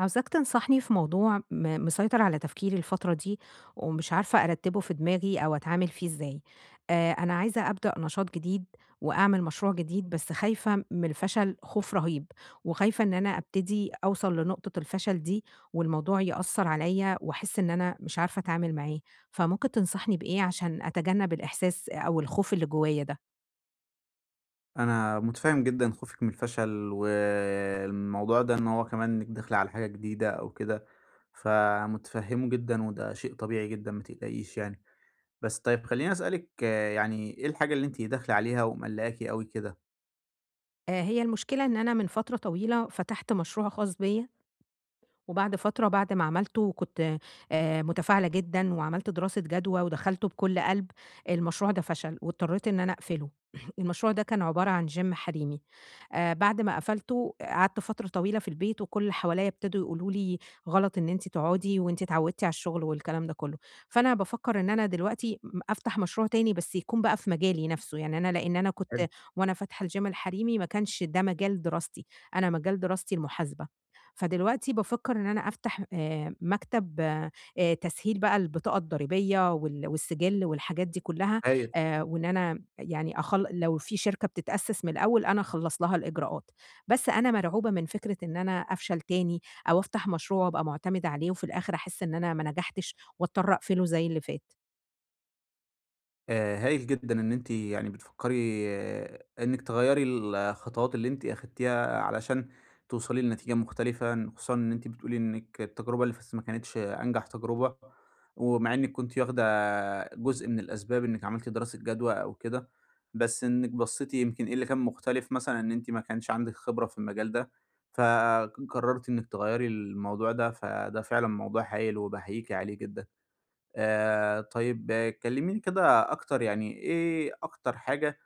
عاوزاك تنصحني في موضوع مسيطر على تفكيري الفترة دي ومش عارفة أرتبه في دماغي أو أتعامل فيه إزاي. أنا عايزة أبدأ نشاط جديد وأعمل مشروع جديد بس خايفة من الفشل خوف رهيب وخايفة إن أنا أبتدي أوصل لنقطة الفشل دي والموضوع يأثر عليا وأحس إن أنا مش عارفة أتعامل معاه. فممكن تنصحني بإيه عشان أتجنب الإحساس أو الخوف اللي جوايا ده؟ أنا متفهم جدًا خوفِك من الفشل، والموضوع ده إن هو كمان إنِّك داخلة على حاجة جديدة أو كده، فمتفهمه جدًا وده شيء طبيعي جدًا ما تقلقيش يعني. بس طيب خلّيني أسألِك يعني إيه الحاجة اللي أنتِ داخلة عليها ومقلقاكِ أوي كده؟ آه، هي المشكلة إن أنا من فترة طويلة فتحت مشروع خاص بيا وبعد فترة بعد ما عملته كنت متفاعلة جدًا وعملت دراسة جدوى ودخلته بكل قلب، المشروع ده فشل واضطريت إن أنا أقفله. المشروع ده كان عبارة عن gym حريمي. بعد ما قفلته قعدت فترة طويلة في البيت وكل اللي حواليّا ابتدوا يقولوا لي: "غلط إن أنتِ تقعدي وأنتِ اتعودتِ على الشغل." والكلام ده كله. فأنا بافكّر إن أنا دلوقتي م أفتح مشروع تاني بس يكون بقى في مجالي نَفْسه، يعني أنا لإن أنا كنت حلو. وأنا فاتحة الgym الحريمي ما كانش ده مجال دراستي، أنا مجال دراستي المحاسبة. فدلوقتي بافكّر إن أنا أفتح مكتب تسهيل بقى البطاقة الضريبية والسجِل والحاجات دي كلّها، هاي وإن أنا يعني لو في شركة بتتأسّس من الأول، أنا أخلّص لها الإجراءات. بس أنا مرعوبة من فكرة إن أنا أفشل تاني أو أفتح مشروع وأبقى مُعتمدة عليه وفي الآخِر أحس إن أنا ما نجحتش وأضطر أقفله زي اللي فات. هايل جدًا إن أنتِ يعني بتفكّري إنِّك تغيّري الخطوات اللي أنتِ أخدتيها علشان توصلي لنتيجة مختلفة، خصوصًا إن أنتِ بتقولي إنِّك التجربة اللي فاتت ما كانتش أنجح تجربة، ومع إنِّك كنتِ واخدة جزء من الأسباب إنِّك عملتِ دراسة جدوى أو كده، بس إنِّك بصّيتِ يمكن إيه اللي كان مختلف مثلًا إن أنتِ ما كانش عندِك خبرة في المجال ده، فقررتِ إنِّك تغيّري الموضوع ده، فده فعلًا موضوع هايل وباحييكِ عليه جدًا. طيب كلّميني كده أكتر يعني إيه أكتر حاجة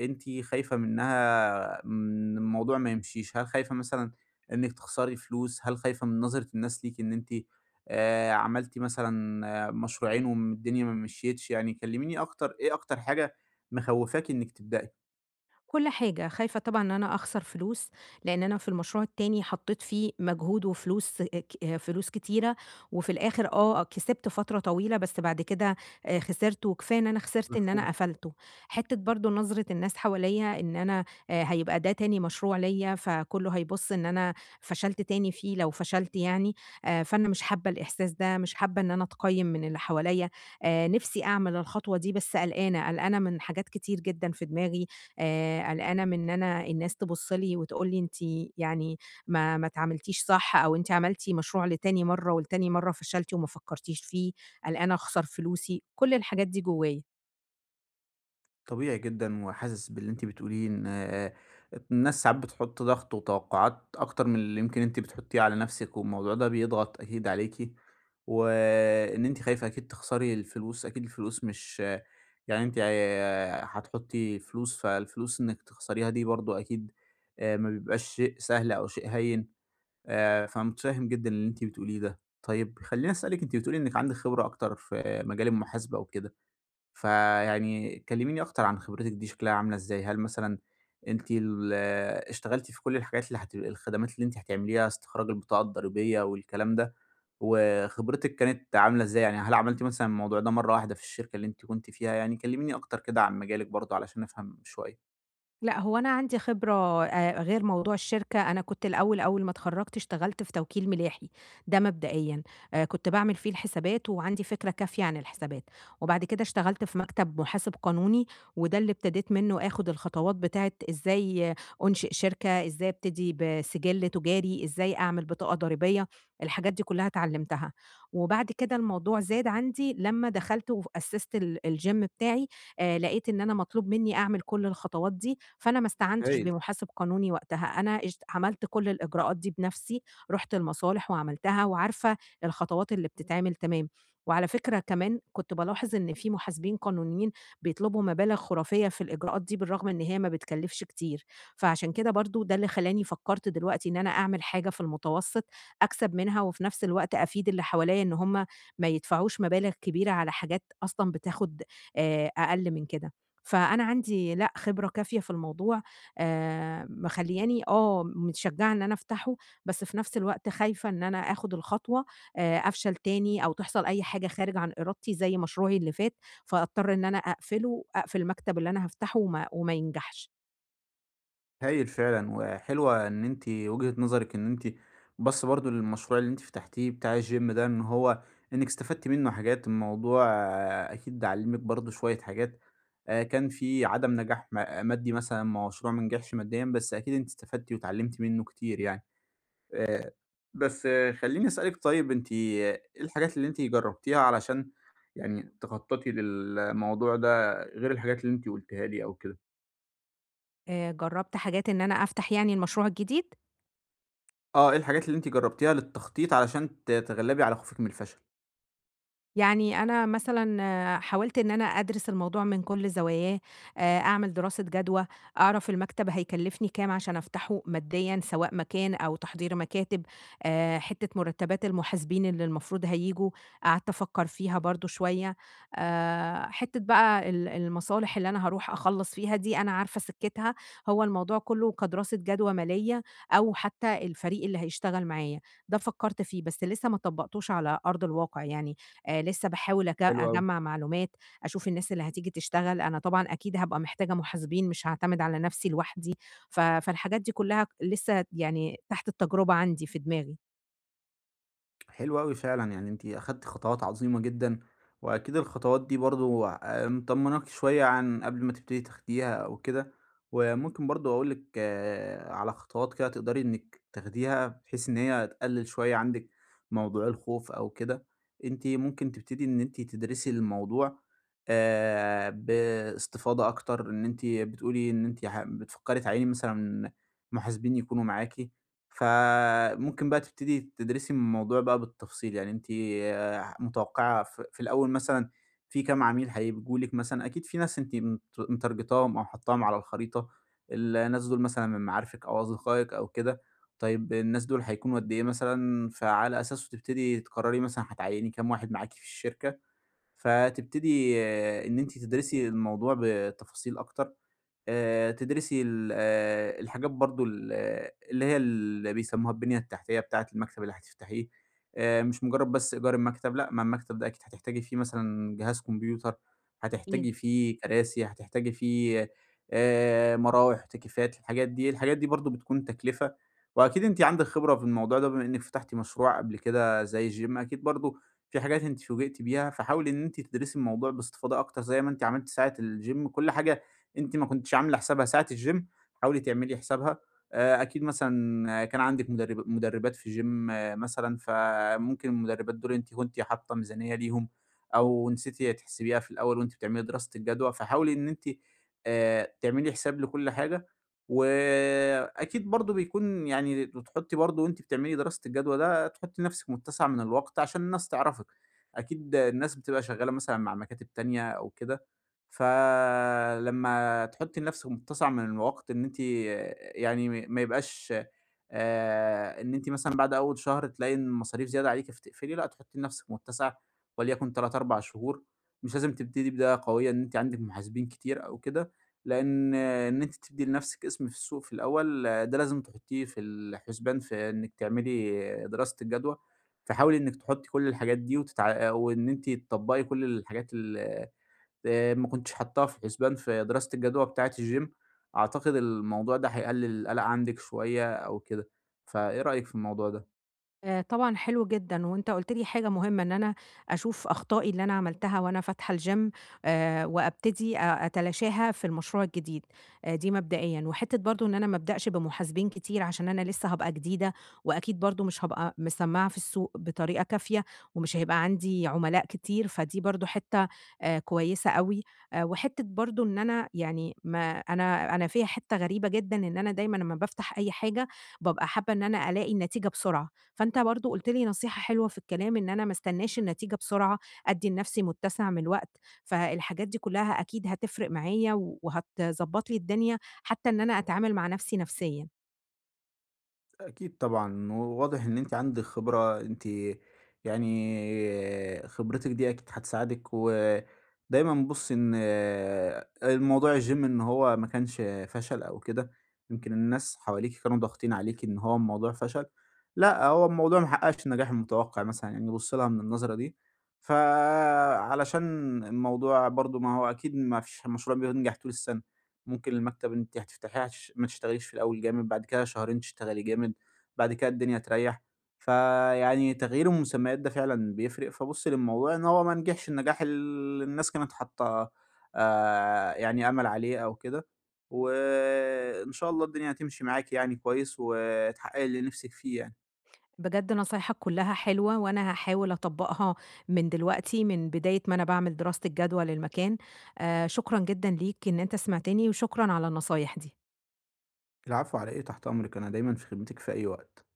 أنتِ خايفة منها من الموضوع ما يمشيش؟ هل خايفة مثلًا إنِّك تخسري فلوس؟ هل خايفة من نظرة الناس ليكِ إن أنتِ عملتِ مثلًا مشروعين والدنيا ما مشيتش؟ يعني كلّميني أكتر إيه أكتر حاجة مخوّفاكِ إنِّك تبدئي؟ كل حاجة، خايفة طبعًا إن أنا أخسر فلوس، لإن أنا في المشروع التاني حطيت فيه مجهود وفلوس ك آه، فلوس كتيرة، وفي الآخر كسبت فترة طويلة، بس بعد كده خسرت، وكفاية إن أنا خسرت إن أنا مفهوم. قفلته. حتة برضه نظرة الناس حواليّا إن أنا هيبقى ده تاني مشروع ليّا، فكله هيبُص إن أنا فشلت تاني فيه لو فشلت يعني، فأنا مش حابة الإحساس ده، مش حابة إن أنا أتقيّم من اللي حواليّا. نِفسي أعمل الخطوة دي، بس قلقانة، قلقانة من حاجات كتير جدًا في دماغي، قلقانة من إن أنا الناس تبُص لي وتقول لي أنتِ يعني ما اتعاملتيش صح، أو أنتِ عملتِ مشروع لتاني مرّة ولتاني مرّة فشلتِ وما فكّرتيش فيه، قلقانة أخسر فلوسي، كل الحاجات دي جوّايا. طبيعي جدًا وحاسس باللي أنتِ بتقوليه إن الناس ساعات بتحُط ضغط وتوقعات أكتر من اللي يمكن أنتِ بتحُطّيه على نَفْسِك والموضوع ده بيضغط أكيد عليكِ، وإن أنتِ خايفة أكيد تخسري الفلوس، أكيد الفلوس مش يعني أنتِ هتحُطّي فلوس، فالفلوس إنِّك تخسريها دي برضه أكيد ما بيبقاش شيء سهل أو شيء هيّن، فمُتفهِّم جدًا اللي أنتِ بتقوليه ده. طيب خلّيني أسألِك أنتِ بتقولي إنِّك عندِك خبرة أكتر في مجال المحاسبة وكده. فيعني كلميني أكتر عن خبرتِك دي شكلها عاملة إزاي؟ هل مثلًا أنتِ اشتغلتِ في كل الحاجات اللي الخدمات اللي أنتِ هتعمليها، استخراج البطاقة الضريبية والكلام ده، وخبرتِك كانت عاملة إزاي؟ يعني هل عملتِ مثلًا الموضوع ده مرّة واحدة في الشركة اللي أنتِ كنتِ فيها؟ يعني كلميني أكتر كده عن مجالِك برضه علشان أفهم شوية. لأ، هو أنا عندي خبرة غير موضوع الشركة، أنا كنت الأول أول ما اتخرّجت اشتغلت في توكيل ملاحي، ده مبدئيًا، كنت باعمل فيه الحسابات وعندي فكرة كافية عن الحسابات، وبعد كده اشتغلت في مكتب محاسب قانوني، وده اللي ابتديت منه آخد الخطوات بتاعة إزاي أنشئ شركة، إزاي أبتدي بسجل تجاري، إزاي أعمل بطاقة ضريبية، الحاجات دي كلّها اتعلّمتها، وبعد كده الموضوع زاد عندي لمّا دخلت وأسست الgym بتاعي لقيت إن أنا مطلوب منّي أعمل كل الخطوات دي، فأنا ما استعنتش هايل. بمحاسب قانوني وقتها، أنا عملت كل الإجراءات دي بنفسي، رُحت المصالح وعملتها وعارفة الخطوات اللي بتتعمل تمام. وعلى فكرة كمان كنت بالاحظ إن في محاسبين قانونيين بيطلبوا مبالغ خرافية في الإجراءات دي بالرغم إن هي ما بتكلفش كتير، فعشان كده برضه ده اللي خلّاني فكرت دلوقتي إن أنا أعمل حاجة في المتوسط أكسب منها وفي نفس الوقت أفيد اللي حواليّا إن هُم ما يدفعوش مبالغ كبيرة على حاجات أصلًا بتاخد أقل من كده. فأنا عندي لأ، خبرة كافية في الموضوع مخلّياني متشجّعة إن أنا أفتحه، بس في نفس الوقت خايفة إن أنا آخُد الخطوة أفشل تاني أو تحصل أي حاجة خارج عن إرادتي زي مشروعي اللي فات، فأضطر إن أنا أقفله، أقفل المكتب اللي أنا هافتحه وما ينجحش. هايل فعلًا، وحلوة إن أنتِ وجهة نظرِك إن أنتِ باصة برضه للمشروع اللي أنتِ فتحتيه بتاع الGym ده، إن هو إنِك استفدتِ منه حاجات، الموضوع أكيد علّمِك برضه شوية حاجات، كان في عدم نجاح مادي مثلًا، مشروع ما نجحش ماديًا، بس أكيد أنتِ استفدتِ واتعلمتِ منه كتير يعني. آآ بس خلّيني أسألِك طيب أنتِ إيه الحاجات اللي أنتِ جربتيها علشان يعني تخططي للموضوع ده غير الحاجات اللي أنتِ قلتيها لي أو كده؟ جرّبت حاجات إن أنا أفتح يعني المشروع الجديد إيه الحاجات اللي أنتِ جرّبتيها للتخطيط علشان تتغلّبي على خوفِك من الفشل؟ يعني أنا مثلًا حاولت إن أنا أدرس الموضوع من كل زواياه، أعمل دراسة جدوى، أعرف المكتب هيكلّفني كام عشان أفتحه ماديًا، سواء مكان أو تحضير مكاتب، حتّة مرتبات المحاسبين اللي المفروض هييجوا، قعدت أفكّر فيها برضه شوية، حتّة بقى المصالح اللي أنا هاروح أخلّص فيها دي أنا عارفة سكّتها، هو الموضوع كلّه كدراسة جدوى مالية أو حتّى الفريق اللي هيشتغل معايا، ده فكّرت فيه، بس لسه ما طبّقتوش على أرض الواقع يعني. لسه باحاول حلو أوي. أجمّع معلومات، أشوف الناس اللي هتيجي تشتغل، أنا طبعًا أكيد هابقى محتاجة محاسبين مش هاعتمد على نفسي لوحدي، فالحاجات دي كلّها لسه يعني تحت التجربة عندي في دماغي. حلو أوي فعلًا، يعني أنتِ أخدتِ خطوات عظيمة جدًا، وأكيد الخطوات دي برضه مطمناكِ شوية عن قبل ما تبتدي تاخديها أو كده، وممكن برضه أقول لِك على خطوات كده تقدري إنِك تاخديها بحيث إن هي تقلل شوية عندِك موضوع الخوف أو كده، أنتِ ممكن تبتدي إن أنتِ تدرسي الموضوع باستفاضة أكتر، إن أنتِ بتقولي إن أنتِ بتفكري تعيني مثلًا محاسبين يكونوا معاكِ. فممكن بقى تبتدي تدرسي الموضوع بقى بالتفصيل، يعني أنتِ متوقعة في الأول مثلًا في كام عميل هييجوا لِك مثلًا، أكيد في ناس أنتِ مترجطاهم أو حاطاهم على الخريطة، الناس دول مثلًا من معارفِك أو أصدقائِك أو كده، طيب الناس دول هيكونوا قد إيه مثلًا، فعلى أساسه تبتدي تقرري مثلًا هتعيني كام واحد معاكِ في الشركة، فتبتدي إن أنتِ تدرسي الموضوع بتفاصيل أكتر. تدرسي ال الحاجات برضه ال آه، اللي هي اللي بيسموها البنية التحتية بتاعة المكتب اللي هتفتحيه، مش مجرد بس إيجار المكتب، لأ، ما المكتب ده أكيد هتحتاجي فيه مثلًا جهاز كمبيوتر، أكيد. هتحتاجي فيه كراسي، هتحتاجي فيه مراوح، تكييفات، الحاجات دي، الحاجات دي برضه بتكون تكلفة، وأكيد أنتِ عندِك خبرة في الموضوع ده بما إنِّك فتحتِ مشروع قبل كده زي gym أكيد برضه في حاجات أنتِ فوجئتِ بيها، فحاولي إن أنتِ تدرسي الموضوع باستفاضة أكتر زي ما أنتِ عملتِ ساعة الgym كل حاجة أنتِ ما كنتيش عاملة حسابها ساعة الgym، حاولي تعملي حسابها، أكيد مثلًا كان عندِك مدربات في gym مثلًا، فممكن المدربات دول أنتِ كنتِ حاطة ميزانية ليهم، أو نسيتِ تحسبيها في الأول وأنتِ بتعملي دراسة الجدوى، فحاولي إن أنتِ تعملي حساب لكل حاجة، وأكيد برضه بيكون يعني بتحطي برضه وأنتِ بتعملي دراسة الجدوى ده تحطي لنفسِك متسع من الوقت عشان الناس تعرفِك، أكيد الناس بتبقى شغالة مثلًا مع مكاتب تانية أو كده، فلمّا تحُطّي لنَفْسِك متسع من الوقت إن أنتِ يعني ما يبقاش إن أنتِ مثلًا بعد أول شهر تلاقي إن المصاريف زيادة عليكِ فتقفلي، لأ تحُطّي لنَفْسِك متسع وليكن 3، 4 شهور، مش لازم تبتدي بداية قوية إن أنتِ عندِك محاسبين كتير أو كده، لإن إن أنتِ تبني لنَفْسِك اسم في السوق في الأول ده لازم تحُطّيه في الحسبان في إنِّك تعملي دراسة الجدوى، فحاولي إنِّك تحُطّي كل الحاجات دي وإن أنتِ تطبّقي كل الحاجات ال ما كنتش حاطّاها في الحسبان في دراسة الجدوى بتاعة الgym، أعتقد الموضوع ده هيقلل القلق عندِك شوية أو كده، فإيه رأيِك في الموضوع ده؟ طبعًا حلو جدًا، وأنت قُلت لي حاجة مهمة، إن أنا أشوف أخطائي اللي أنا عملتها وأنا فاتحة الgym وأبتدي أتلاشاها في المشروع الجديد، دي مبدئيًا، وحتّة برضه إن أنا ما أبدأش بمحاسبين كتير عشان أنا لسه هابقى جديدة، وأكيد برضه مش هابقى مسمّعة في السوق بطريقة كافية، ومش هيبقى عندي عملاء كتير، فدي برضه حتّة كويسة أوي، وحتّة برضه إن أنا يعني ما أنا فيّا حتّة غريبة جدًا، إن أنا دايمًا أمّا بافتح أي حاجة بابقى حابة إن أنا ألاقي النتيجة بسرعة. فأنت برضه قُلت لي نصيحة حلوة في الكلام، إن أنا ما استناش النتيجة بسرعة، أدّي لنفسي متسع من الوقت، فالحاجات دي كلها أكيد هتفرق معايا وهتضبّط لي الدنيا، حتى إن أنا أتعامل مع نفسي نفسيًا. أكيد طبعًا، وواضح إن أنتِ عندِك خبرة، أنتِ يعني خبرتِك دي أكيد هتساعدِك، ودايمًا بُصّي إن الموضوع الGym إن هو ما كانش فشل أو كده، يمكن الناس حواليكِ كانوا ضاغطين عليكِ إن هو الموضوع فشل، لأ، هو الموضوع ما حققش النجاح المتوقع مثلًا، يعني بُصّي لها من النظرة دي، فعلشان الموضوع برضه ما هو أكيد ما فيش مشروع بينجح طول السنة، ممكن المكتب اللي أنتِ هتفتحيه ما تشتغليش في الأول جامد، بعد كده شهرين تشتغلي جامد. بعد كده الدنيا تريّح، فيعني تغيير المسميات ده فعلًا بيفرق، فابُص للموضوع إن هو ما نجحش النجاح اللي الناس كانت حاطة يعني أمل عليه أو كده، وإن شاء الله الدنيا هتمشي معاكِ يعني كويس وتحققي اللي نِفْسِك فيه يعني. بجد نصايحك كلها حلوة، وأنا هاحاول أطبّقها من دلوقتي، من بداية ما أنا باعمل دراسة الجدوى للمكان. شكرًا جدًا ليك إن أنت سمعتني، وشكرًا على النصايح دي. العفو على إيه، تحت أمرِك، أنا دايمًا في خدمتِك في أي وقت.